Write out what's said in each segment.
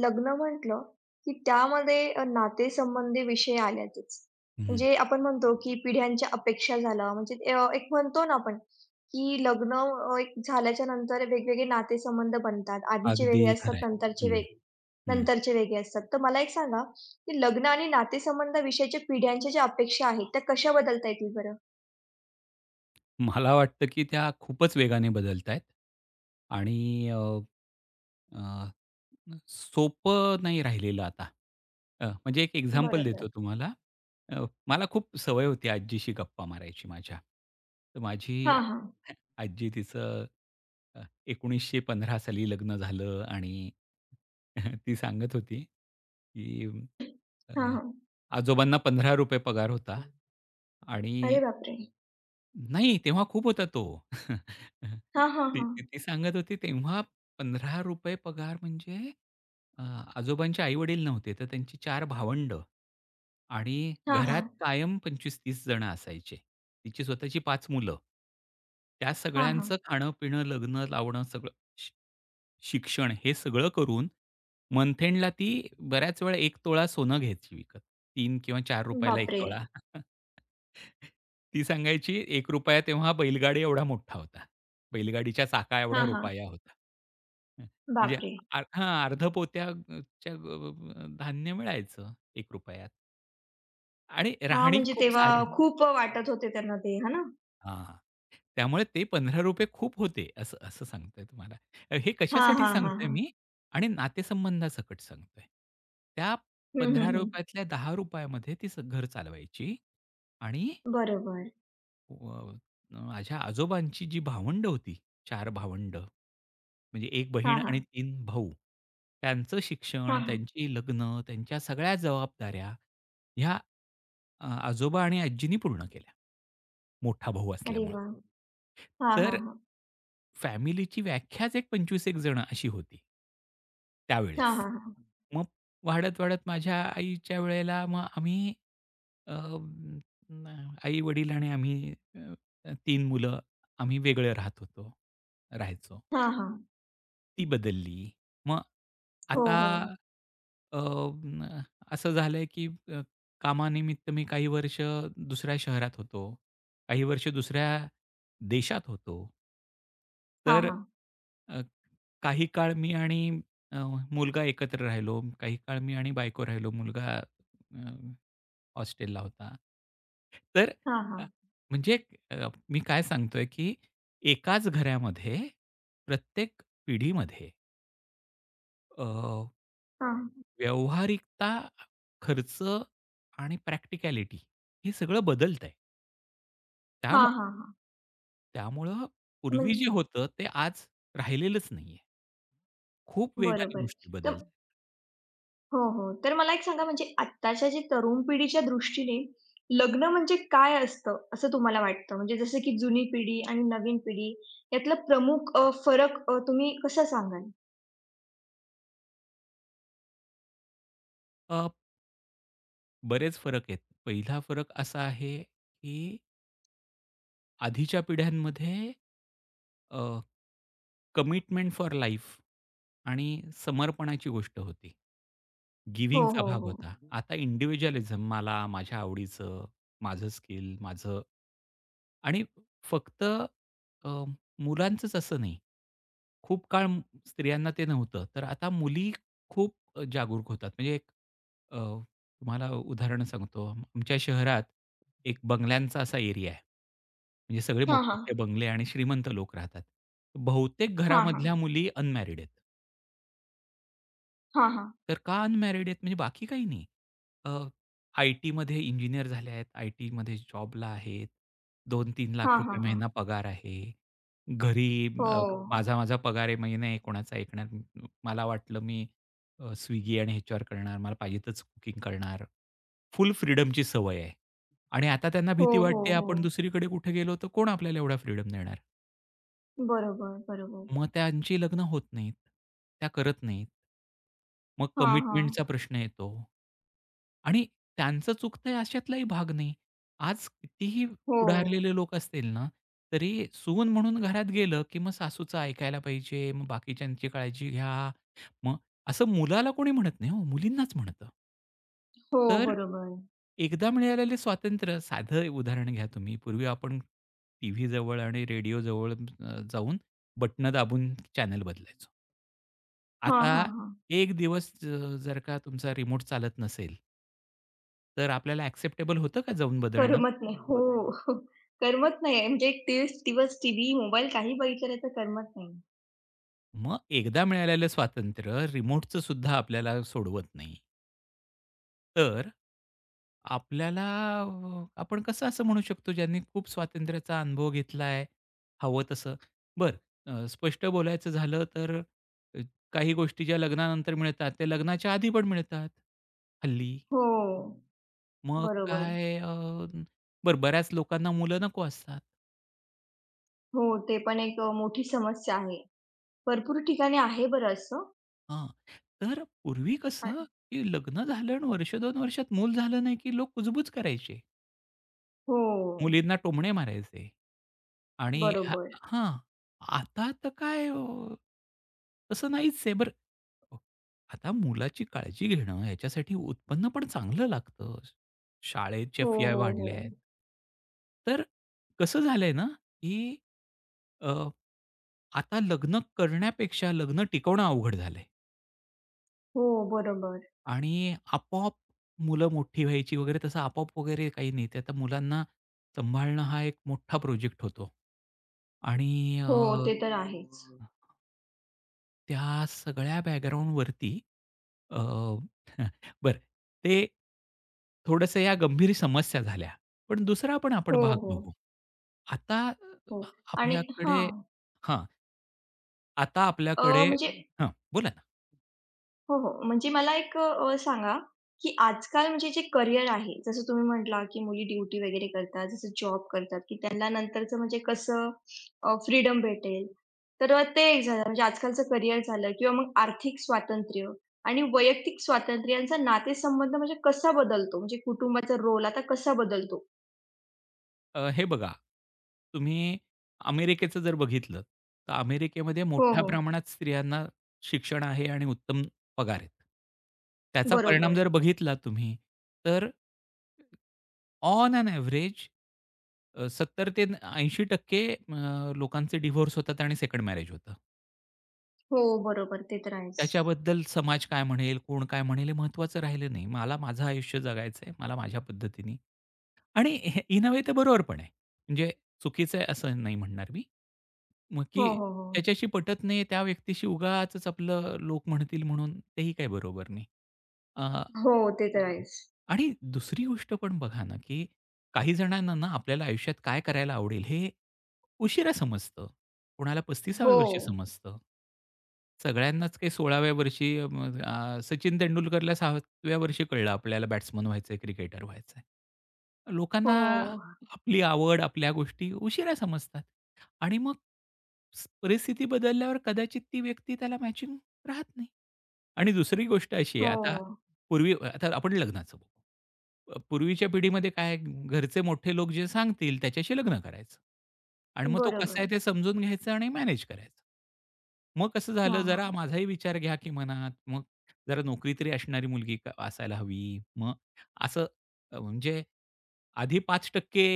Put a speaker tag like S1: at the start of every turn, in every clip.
S1: लग्न म्हटलं की त्यामध्ये नातेसंबंधी विषय आल्यातच.
S2: हं.
S1: म्हणजे आपण म्हणतो की पिढ्यांच्या अपेक्षा झाल्या म्हणजे एक म्हणतो ना आपण की लग्न एक झाल्याच्या नंतर वेगवेगळे नातेसंबंध बनतात. आधीचे
S2: अगदी
S1: वेगळे असतात,
S2: खरं आहे.
S1: नंतरचे
S2: हं,
S1: वेग हम्म.
S2: हं.
S1: नंतरचे वेगळे असतात. तर मला एक सांगा की लग्न आणि नातेसंबंधाविषयीच्या पिढ्यांच्या ज्या अपेक्षा आहेत त्या कशा बदलता येतील बरं?
S2: मला वाटतं, की त्या खूपच वेगाने बदलतायेत आणि अ, अ, सोपं नाही राहिलेलं आता. म्हणजे एक एक्झाम्पल
S1: बरोबर.
S2: देतो तुम्हाला. मला खूप सवय होती आजीशी गप्पा मारायची माझ्या. तर माझी
S1: हां, हां.
S2: आजी तिचं अ, 1915 साली लग्न झालं आणि ती सांगत होती, की अ,
S1: हां, हां.
S2: आजोबांना ₹15 पगार होता आणि.
S1: अरे बापरे!
S2: नाही, तेव्हा खूप होता तो.
S1: हां, हां,
S2: ती
S1: हां.
S2: ती सांगत होती तेव्हा ₹15 पगार म्हणजे अ, आजोबांचे आई-वडील नव्हते, तर त्यांची 4 भावंडं आणि
S1: हां,
S2: घरात
S1: हां.
S2: कायम 25-30 जण असायचे. तिची स्वतःची 5 मुलं. त्या
S1: हां, हां.
S2: सगळ्यांचं खाणं-पिणं, लग्न लावणं सगळं. शिक्षण हे सगळं करून मंथ ती बऱ्याच वेळा एक तोळा सोनं घ्यायची विकत. तीन किंवा चार ला एक
S1: बापरे!
S2: तोळा. ती सांगायची ₹1 तेव्हा बैलगाडी एवढा मोठा होता. बैलगाडीच्या चाका एवढा
S1: हां, हां.
S2: रुपया होता. हं. म्हणजे
S1: बापरे!
S2: अर्ध पोत्याच्या धान्य मिळायचं ₹1त आणि
S1: हां,
S2: राहणी
S1: म्हणजे
S2: खूप
S1: तेव्हा
S2: साधी.
S1: तर मग खूप वाटत होते त्यांना ते, है ना?
S2: हां. त्यामुळे ते ₹15 खूप होते असं असं सांगतोय तुम्हाला. हे
S1: हां,
S2: कशासाठी
S1: हां, हां,
S2: सांगतोय
S1: हां.
S2: मी आणि नातेसंबंधासकट सांगतोय. त्या
S1: हं, हं, हं.
S2: ₹15 10 रुपयामध्ये ती घर चालवायची आणि
S1: बरोबर.
S2: अ, माझ्या आजोबांची जी भावंड होती, 4 भावंड म्हणजे 1
S1: हां,
S2: बहीण आणि
S1: हां.
S2: 3 भाऊ. त्यांचं
S1: हां,
S2: शिक्षण,
S1: हां.
S2: त्यांची लग्न, त्यांच्या सगळ्या जबाबदाऱ्या ह्या आजोबा आणि आजींनी पूर्ण केल्या. मोठा भाऊ
S1: अरे हो,
S2: असल्यामुळं.
S1: वाह! हो.
S2: तर फॅमिलीची व्याख्याच एक 25 एक जण अशी होती
S1: हां,
S2: त्यावेळेस.
S1: हां, हां.
S2: मग वाढत-वाढत माझ्या आईच्या वेळेला मग आम्ही अ, आई-वडील आणि आम्ही 3 मुलं आम्ही वेगळं राहत होतो, राहायचो.
S1: हां, हां, हां. हां, हां.
S2: ती बदलली. मग
S1: हो,
S2: आता
S1: हो.
S2: अ, न असं झालंय की कामानिमित्त मी काही वर्ष दुसऱ्या शहरात होतो. काही वर्ष दुसऱ्या देशात होतो.
S1: हां,
S2: तर
S1: हां.
S2: अ, काही काळ मी आणि अ, मुलगा एकत्र राहिलो. काही काळ मी आणि बायको राहिलो. मुलगा हॉस्टेलला होता. तर
S1: हां,
S2: अ,
S1: हां.
S2: म्हणजे मी काय सांगतोय की एकाच घरामध्ये प्रत्येक पिढीमध्ये अ,
S1: हां.
S2: व्यावहारिकता, खर्च आणि प्रॅक्टिकॅलिटी हे सगळं बदलतंय.
S1: हां,
S2: त्यामु
S1: हां, हां.
S2: त्यामुळं पूर्वी
S1: म्हणजे
S2: जे होतं ते आज राहिलेलंच नाहीये. खूप वेगाने
S1: बरोबर.
S2: गोष्टी
S1: तर
S2: बदलतात.
S1: हो, हो. तर मला एक सांगा म्हणजे आत्ताच्या जे तरुण पिढीच्या दृष्टीने लग्न म्हणजे काय असतं, असं तुम्हाला वाटतं? म्हणजे जसं की जुनी पिढी आणि नवीन पिढी यातला प्रमुख फरक तुम्ही कसा सांगाल?
S2: अ, बरेच फरक आहेत. पहिला फरक असा आहे, की आधीच्या पिढ्यांमध्ये अ, कमिटमेंट फॉर लाईफ आणि समर्पणाची गोष्ट होती.
S1: हो,
S2: गिव्हिंगचा
S1: हो,
S2: भाग
S1: हो.
S2: होता. आता इंडिव्हिज्युअलिझम मला, माझ्या आवडीचं, माझं स्किल, माझं आणि फक्त अ, मुलांचंच असं नाही. खूप काळ स्त्रियांना ते नव्हतं. तर आता मुली खूप जागरूक होतात. म्हणजे एक तुम्हाला उदाहरण सांगतो. आमच्या शहरात एक बंगल्यांचा असा एरिया आहे. म्हणजे सगळे
S1: हां, हां.
S2: मोठमोठे बंगले आणि श्रीमंत लोक राहतात. बहुतेक
S1: हां, हां. हं.
S2: घरामधल्या मुली अनमॅरिड आहेत.
S1: हां, हां.
S2: तर का अनमॅरिड आहेत? म्हणजे बाकी काही नाही. आय-टीमध्ये इंजिनिअर झाल्या आहेत. आय-टीमध्ये जॉबला आहेत. ₹2-3 लाख
S1: हां,
S2: रुपये
S1: हां, हां.
S2: महिना पगार आहे. घरी
S1: हो. हां.
S2: माझा माझा पगार आहे, मी नाही कोणाचं ऐकणार. मला वाटलं मी Swiggy आणि ह्याच्यावर करणार, मला पाहिजे तच कुकिंग करणार. फुल फ्रीडमची सवय आहे. आणि आता त्यांना
S1: हो,
S2: भीती
S1: हो, हो.
S2: वाटते आपण
S1: हो.
S2: दुसरीकडे कुठे गेलो तर कोण आपल्याला एवढा फ्रीडम देणार?
S1: बरोबर, बरोबर.
S2: मग त्यांची लग्न होत नाहीत, त्या करत नाहीत. मग
S1: हां, हां.
S2: कमिटमेंटचा प्रश्न येतो. आणि त्यांचं चुकतंय अशातलाही भाग नाही. आज कितीही
S1: हो.
S2: पुढारलेले लोक असतील ना, तरी सून म्हणून घरात गेलं, की मग सासूचं ऐकायला पाहिजे, मग बाकीच्यांची काळजी घ्या. मग असं मुलाला कोणी म्हणत नाही हो, मुलींनाच म्हणतं.
S1: हो,
S2: तर
S1: बरोबर.
S2: एकदा मिळालेले स्वातंत्र्य साधं उदाहरण घ्या तुम्ही. पूर्वी आपण टीव्हीजवळ आणि रेडिओजवळ जाऊन बटणं दाबून चॅनल बदलायचो.
S1: हां,
S2: आता
S1: हां, हां. हां,
S2: एक दिवस जर का तुमचा रिमोट चालत नसेल तर आपल्याला ॲक्सेप्टेबल होतं का जाऊन बदलणं?
S1: करमत नाही. हो. करमत नाही म्हणजे एक तीस दिवस टीव्ही, मोबाईल काही बघितलं नाही तर करमत नाही.
S2: मग एकदा मिळालेलं स्वातंत्र्य रिमोटचं सुद्धा आपल्याला सोडवत नाही. तर आपल्याला आपण कसं असं म्हणू शकतो ज्यांनी खूप स्वातंत्र्याचा अनुभव घेतलाय, हवं तसं. बरं स्पष्ट बोलायचं झालं तर काही गोष्टी ज्या लग्नानंतर मिळतात, त्या लग्नाच्या आधी पण मिळतात हल्ली.
S1: हो. हं.
S2: मग
S1: बरोबर.
S2: काय बरं बऱ्याच लोकांना मुलं नको असतात.
S1: हो, ते पण एक मोठी समस्या आहे. भरपूर ठिकाणी आहे बरं असं.
S2: हां. तर पूर्वी
S1: अ,
S2: कसं, की लग्न झालं आणि वर्ष 2 वर्षात मूल झालं नाही, की लोक कुजबूज करायचे.
S1: हो.
S2: मुलींना टोमणे मारायचे आणि हां.
S1: बरोबर.
S2: हां. आता तर काय तसं नाहीच आहे. बरं अ, आता मुलाची काळजी घेणं ह्याच्यासाठी उत्पन्न पण चांगलं लागतं. शाळेच्या
S1: हो,
S2: फी
S1: हो, हो.
S2: वाढल्या आहेत. तर कसं झालंय ना, की अ, आता लग्न करण्यापेक्षा लग्न टिकवणं अवघड झालंय.
S1: हो, बरोबर.
S2: आणि आपोआप मुलं मोठी व्हायची वगैरे तसं आपोआप वगैरे काही नाही. ते आता मुलांना सांभाळणं हा एक मोठा प्रोजेक्ट होतो. आणि
S1: हो, ते तर आहेच.
S2: त्या सगळ्या बॅकग्राऊंडवरती अ, बरं ते थोडंसं या गंभीर समस्या झाल्या. पण दुसरा पण आपण
S1: हो,
S2: भाग
S1: हो.
S2: बघू. आता
S1: हो आणि
S2: आपल्याकडे
S1: हां.
S2: हां, आता आपल्याकडे
S1: म्हणजे
S2: हां, बोला ना.
S1: हो, हो. म्हणजे मला एक सांगा, की आजकाल म्हणजे जे करियर आहे, जसं तुम्ही म्हटला, की मुली ड्युटी वगैरे करतात, जसं जॉब करतात, की त्यांना नंतरचं म्हणजे कसं फ्रीडम भेटेल. तर ते एक झालं म्हणजे आजकालचं करियर झालं किंवा मग आर्थिक स्वातंत्र्य आणि वैयक्तिक स्वातंत्र्य यांचा नातेसंबंध म्हणजे कसा बदलतो? म्हणजे कुटुंबाचा रोल आता कसा बदलतो?
S2: हे बघा, तुम्ही अमेरिकेचं जर बघितलं, तर अमेरिकेमध्ये
S1: हो,
S2: मोठ्या
S1: हो.
S2: प्रमाणात स्त्रियांना शिक्षण आहे आणि उत्तम पगार आहेत. त्याचा परिणाम
S1: बरोबर.
S2: जर बघितला तुम्ही, तर ऑन एन एव्हरेज 70% ते 80% लोकांचे डिव्होर्स होतात आणि सेकंड मॅरेज होतं.
S1: हो, बरोबर. ते तर आहेच.
S2: त्याच्याबद्दल समाज काय म्हणेल, कोण काय म्हणेल हे महत्त्वाचं राहिलं नाही. मला माझं आयुष्य जगायचं आहे, मला माझ्या पद्धतीने. आणि इन अ वे ते बरोबर पण आहे. म्हणजे चुकीचं आहे असं नाही म्हणणार मी. मग
S1: हो,
S2: की
S1: हो, हो.
S2: त्याच्याशी पटत नाही, त्या व्यक्तीशी उगाचच आपलं लोक म्हणतील म्हणून तेही काही बरोबर नाही. अ,
S1: हो, ते तर आहेच.
S2: आणि दुसरी गोष्ट पण बघा ना, की काही जणांना ना आपल्याला आयुष्यात काय करायला आवडेल हे उशिरा समजतं. कोणाला 35व्या
S1: हो.
S2: वर्षी समजतं. सगळ्यांनाच काही 16व्या वर्षी मग सचिन तेंडुलकरला 6व्या वर्षी कळलं आपल्याला बॅट्समन व्हायचंय, क्रिकेटर व्हायचंय. लोकांना
S1: हो,
S2: आपली आवड, आपल्या गोष्टी उशिरा समजतात आणि मग परिस्थिती बदलल्यावर कदाचित ती व्यक्ती त्याला मॅचिंग राहत नाही. आणि दुसरी गोष्ट अशी आहे,
S1: हो.
S2: आता पूर्वी आता आपण लग्नाचं बघू. पूर्वीच्या पिढीमध्ये काय आहे, घरचे मोठे लोक जे सांगतील त्याच्याशी लग्न करायचं आणि मग तो कसा
S1: बरोबर.
S2: आहे ते समजून घ्यायचं आणि मॅनेज करायचं. मग कसं
S1: हां,
S2: झालं जरा
S1: हां.
S2: माझाही विचार घ्या की मनात, मग जरा नोकरी तरी असणारी मुलगी असायला हवी. मग असं म्हणजे आधी 5%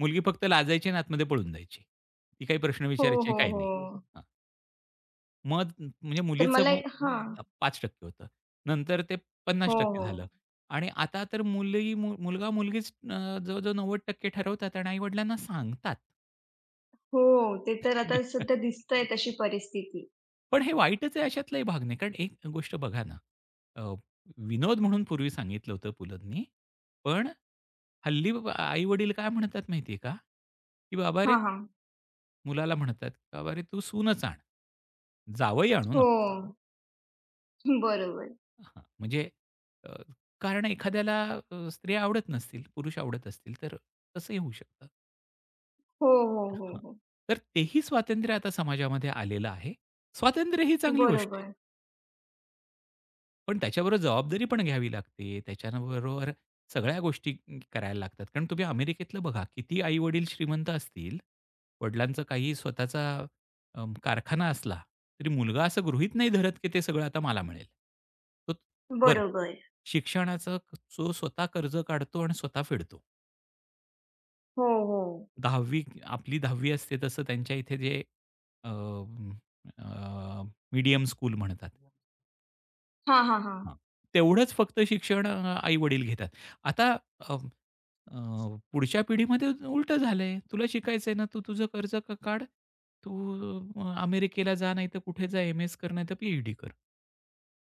S2: मुलगी फक्त लाजायची आणि आतमध्ये पळून जायची. ती काही प्रश्न
S1: हो,
S2: विचारायची नाही,
S1: हो,
S2: काही
S1: हो.
S2: नाही. मग म्हणजे
S1: तर
S2: मुलीचं
S1: मला
S2: मत
S1: एक हां.
S2: 5% होतं. नंतर ते
S1: हो,
S2: 50% झालं
S1: हो.
S2: आणि आता तर मुली मुलगा मुलगीच जवळ-जवळ 90% ठरवतात आणि आई-वडिलांना सांगतात.
S1: हो, ते तर आता सध्या दिसतंय तशी परिस्थिती.
S2: पण हे वाईटच आहे अशातलाही भाग नाही. कारण एक गोष्ट बघा ना, अ, विनोद म्हणून पूर्वी सांगितलं होतं पुलदनी, पण हल्ली आई-वडील काय म्हणतात माहिती का? की "बाबा रे"
S1: हां, हां.
S2: मुलाला म्हणतात, "बाबा रे तू सूनच आण. जावई आणू
S1: हो.
S2: नकोस."
S1: बरोबर.
S2: हां, म्हणजे अ, कारण एखाद्याला स्त्रिया आवडत नसतील, पुरुष आवडत असतील, तर तसंही होऊ शकतं.
S1: हो, हो, हो,
S2: हां,
S1: हो.
S2: तर तेही स्वातंत्र्य आता समाजामध्ये आलेलं आहे. स्वातंत्र्य ही चांगली गोष्ट आहे.
S1: बरोबर,
S2: पण त्याच्याबरोबर जबाबदारी पण घ्यावी लागते. त्याच्याबरोबर सगळ्या गोष्टी करायला लागतात. कारण तुम्ही अमेरिकेतलं बघा, किती आई-वडील श्रीमंत असतील, वडिलांचा काही स्वतःचा कारखाना असला, तरी मुलगा असं गृहीत नाही धरत, की ते सगळं आता मला मिळेल. तो बरं,
S1: बरोबर.
S2: शिक्षणाचा जो स्वतः कर्ज काढतो आणि स्वतः फेडतो.
S1: हो, हो.
S2: 10वी आपली 10वी असते तसं त्यांच्या इथे जे मीडियम स्कूल म्हणतात.
S1: हां, हां, हां.
S2: हां. तेवढंच फक्त शिक्षण आई-वडील घेतात. आता अ, अ, पुढच्या पिढीमध्ये उलटं झालंय. तुला शिकायचंय ना, तू तुझं कर्ज काढ. तू अमेरिकेला जा, नाहीतर कुठे जा, एम-एस कर, नाहीतर पी-एच-डी कर.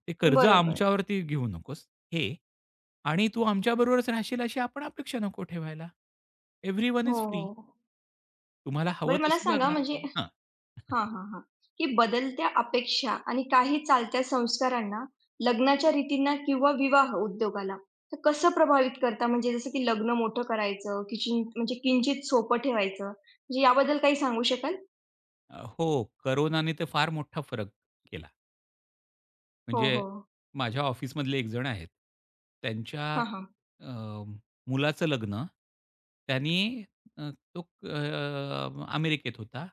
S2: ते कर्ज
S1: बरोबर.
S2: आमच्यावरती घेऊ नकोस, हे आणि तू आमच्याबरोबरच राहशील अशी आपण अपेक्षा नको ठेवायला. एव्हरीवन
S1: हो,
S2: इज फ्री.
S1: हो. हो.
S2: तुम्हाला हवं
S1: बरं मला
S2: तसं
S1: सांगा
S2: जगा.
S1: म्हणजे
S2: हां.
S1: हां, हां, हां. की बदलत्या अपेक्षा आणि काही चालत्या संस्कारांना, लग्नाच्या रीतींना किंवा विवाह उद्योगाला तर कसं प्रभावित करता? म्हणजे जसं की लग्न मोठं करायचं, किचीन म्हणजे किंचित सोपं ठेवायचं, म्हणजे याबद्दल काही सांगू शकाल?
S2: हो, कोरोनाने तर फार मोठा फरक केला.
S1: हो,
S2: म्हणजे
S1: हो.
S2: माझ्या ऑफिसमधले एक जण आहेत. त्यांच्या
S1: हां, हां.
S2: अ, मुलाचं लग्न त्यांनी अ, तो अमेरिकेत होता.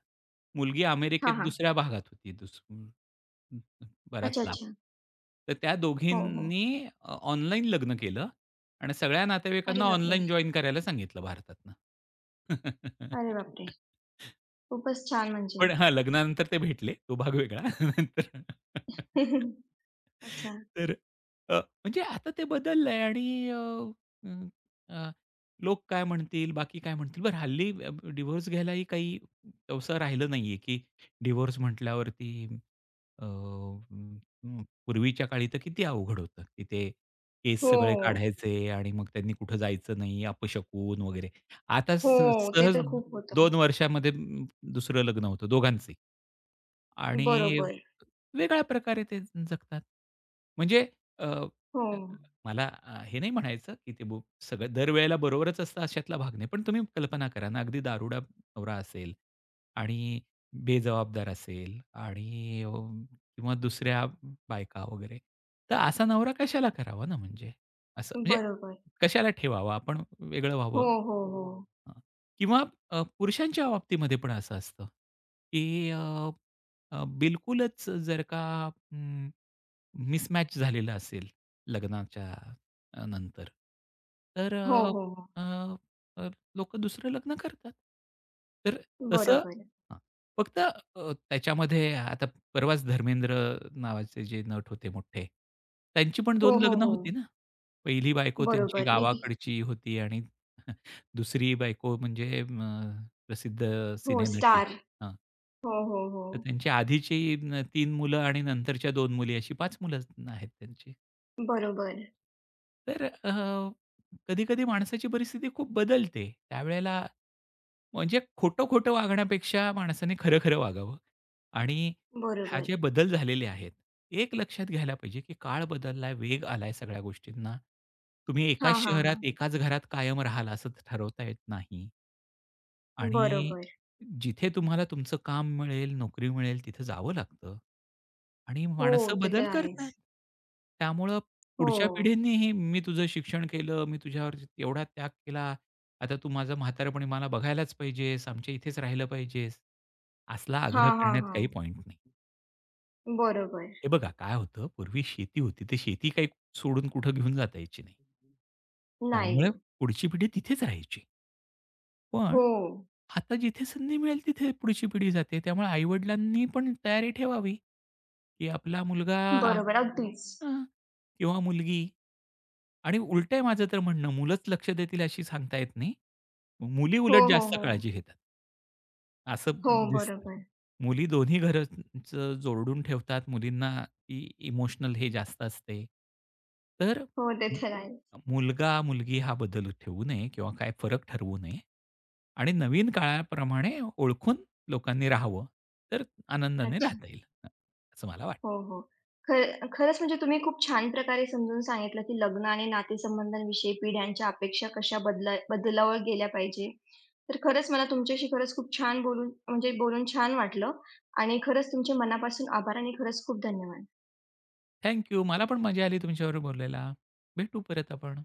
S2: मुलगी
S1: हां,
S2: अमेरिकेत
S1: हां.
S2: दुसऱ्या भागात होती. बराच
S1: अच्छा,
S2: लांब.
S1: अच्छा.
S2: तर त्या
S1: हो, हो.
S2: दोघींनी ऑनलाईन लग्न केलं आणि सगळ्या
S1: अरे
S2: नातेवाईकांना
S1: बापरे!
S2: ऑनलाईन जॉइन करायला सांगितलं भारतातनं.
S1: अरे बापरे! खूपच छान म्हणजे.
S2: पण हां, लग्नानंतर ते भेटले. तो भाग वेगळा. नंतर
S1: अच्छा.
S2: तर अ, म्हणजे आता ते बदललंय आणि अं, अ, लोक काय म्हणतील, बाकी काय म्हणतील? बरं हल्ली डिव्होर्स घ्यायलाही काही असं राहिलं नाहीये, की डिव्होर्स म्हटल्यावरती पूर्वीच्या काळी तर किती अवघड होतं, की ते केस
S1: हो,
S2: सगळे काढायचे आणि मग त्यांनी कुठं जायचं नाही, अपशकुन वगैरे. आता
S1: हो. ते
S2: सहज
S1: तर खूप
S2: 2
S1: होतं.
S2: वर्षामध्ये दुसरं लग्न होतं दोघांचंही. आणि
S1: बरोबर.
S2: वेगळ्या प्रकारे ते जगतात. म्हणजे अ,
S1: हो.
S2: मला हे नाही म्हणायचं, की ते बुक सगळं दरवेळेला बरोबरच असतं अशातला भाग नाही. पण तुम्ही कल्पना करा ना, अगदी दारुडा नवरा असेल आणि बेजबाबदार असेल आणि किंवा दुसऱ्या बायका वगैरे. तर असा नवरा कशाला करावा ना म्हणजे? असं म्हणजे
S1: बरोबर.
S2: कशाला ठेवावा? आपण वेगळं
S1: हो,
S2: व्हावं.
S1: हो, हो.
S2: हां. किंवा पुरुषांच्या बाबतीमध्ये पण असं असतं, की अ, अ, बिलकुलच जर का मिसमॅच झालेलं असेल लग्नाच्या नंतर. तर
S1: हो,
S2: अ,
S1: हो, हो.
S2: अ, अ, दुसरं लग्न करतात. तर तसं
S1: बरोबर.
S2: हां, फक्त त्याच्यामध्ये आता परवाच धर्मेंद्र नावाचे जे नट होते मोठे, त्यांची पण
S1: हो,
S2: 2
S1: हो,
S2: लग्न
S1: हो.
S2: होती ना. पहिली बायको त्यांची
S1: बरोबर. मी
S2: गावाकडची होती आणि दुसरी बायको म्हणजे प्रसिद्ध
S1: हो,
S2: सिनेनटी.
S1: स्टार. हो, हो, हो.
S2: तर त्यांची आधीची 3 मुलं आणि नंतरच्या 2 मुली अशी पाच मुलं आहेत त्यांची.
S1: बरोबर,
S2: तर कधी-कधी माणसाची परिस्थिती खूप बदलते. त्यावेळेला म्हणजे खोटं-खोटं वागण्यापेक्षा माणसाने खरं-खरं वागावं आणि हा
S1: बरोबर.
S2: जे बदल झालेले आहेत, एक लक्षात घ्यायला पाहिजे, की काळ बदललाय, वेग आलाय सगळ्या गोष्टींना. तुम्ही
S1: हां,
S2: एकाच
S1: हां,
S2: शहरात,
S1: हां.
S2: एकाच घरात कायम राहाल असं ठरवता येत नाही. आणि
S1: बरोबर.
S2: जिथे तुम्हाला तुमचं काम मिळेल, नोकरी मिळेल तिथे जावं लागतं आणि
S1: हो,
S2: माणसं
S1: ते
S2: बदल
S1: तर आहेच.
S2: करतात. त्यामुळं
S1: हो.
S2: पुढच्या पिढींनीही मी तुझं शिक्षण केलं, मी तुझ्यावर एवढा त्याग केला, आता तू माझं म्हातारपणी मला बघायलाच पाहिजेस, आमच्या इथेच राहिलं पाहिजेस, असला आग्रह
S1: हां, हां,
S2: करण्यात काही
S1: हां.
S2: पॉइंट नाही.
S1: बरोबर.
S2: हे बघा काय होतं, पूर्वी शेती होती, तर शेती काही सोडून कुठं घेऊन जाता यायची नाही.
S1: नाही.
S2: त्यामुळे पुढची पिढी तिथेच राहायची. पण
S1: हो.
S2: आता जिथे संधी मिळेल तिथे पुढची पिढी जाते. त्यामुळे आई पण तयारी ठेवावी, की आपला मुलगा
S1: बरोबर, अगदीच.
S2: हां, किंवा मुलगी आणि उलटं आहे माझं तर म्हणणं, मुलंच लक्ष देतील अशी सांगता येत नाही. मुली
S1: हो,
S2: उलट
S1: हो,
S2: जास्त
S1: हो.
S2: काळजी घेतात. असं
S1: हो,
S2: दिसतं.
S1: बरोबर.
S2: मुली दोन्ही घरचं जोडून ठेवतात. मुलींना इमोशनल हे जास्त असते. तर
S1: हो, ते
S2: मु
S1: तर आहेच.
S2: मुलगा-मुलगी हा बदल ठेवू नये किंवा काय फरक ठरवू नये. आणि नवीन काळाप्रमाणे ओळखून लोकांनी राहावं, तर आनंदाने
S1: अच्छा.
S2: राहता येईल. असं मला वाटतं.
S1: हो, हो. खर खरंच म्हणजे तुम्ही खूप छान प्रकारे समजून सांगितलं, की लग्न आणि नातेसंबंधांविषयी पिढ्यांच्या अपेक्षा कशा बदलावर गेल्या पाहिजे. तर खरंच मला तुमच्याशी खरंच खूप छान बोलून छान वाटलं आणि खरंच तुमचे मनापासून आभार आणि खरंच खूप धन्यवाद.
S2: थँक मला पण मजा आली तुमच्याबरोबर बोलायला. भेटू परत आपण.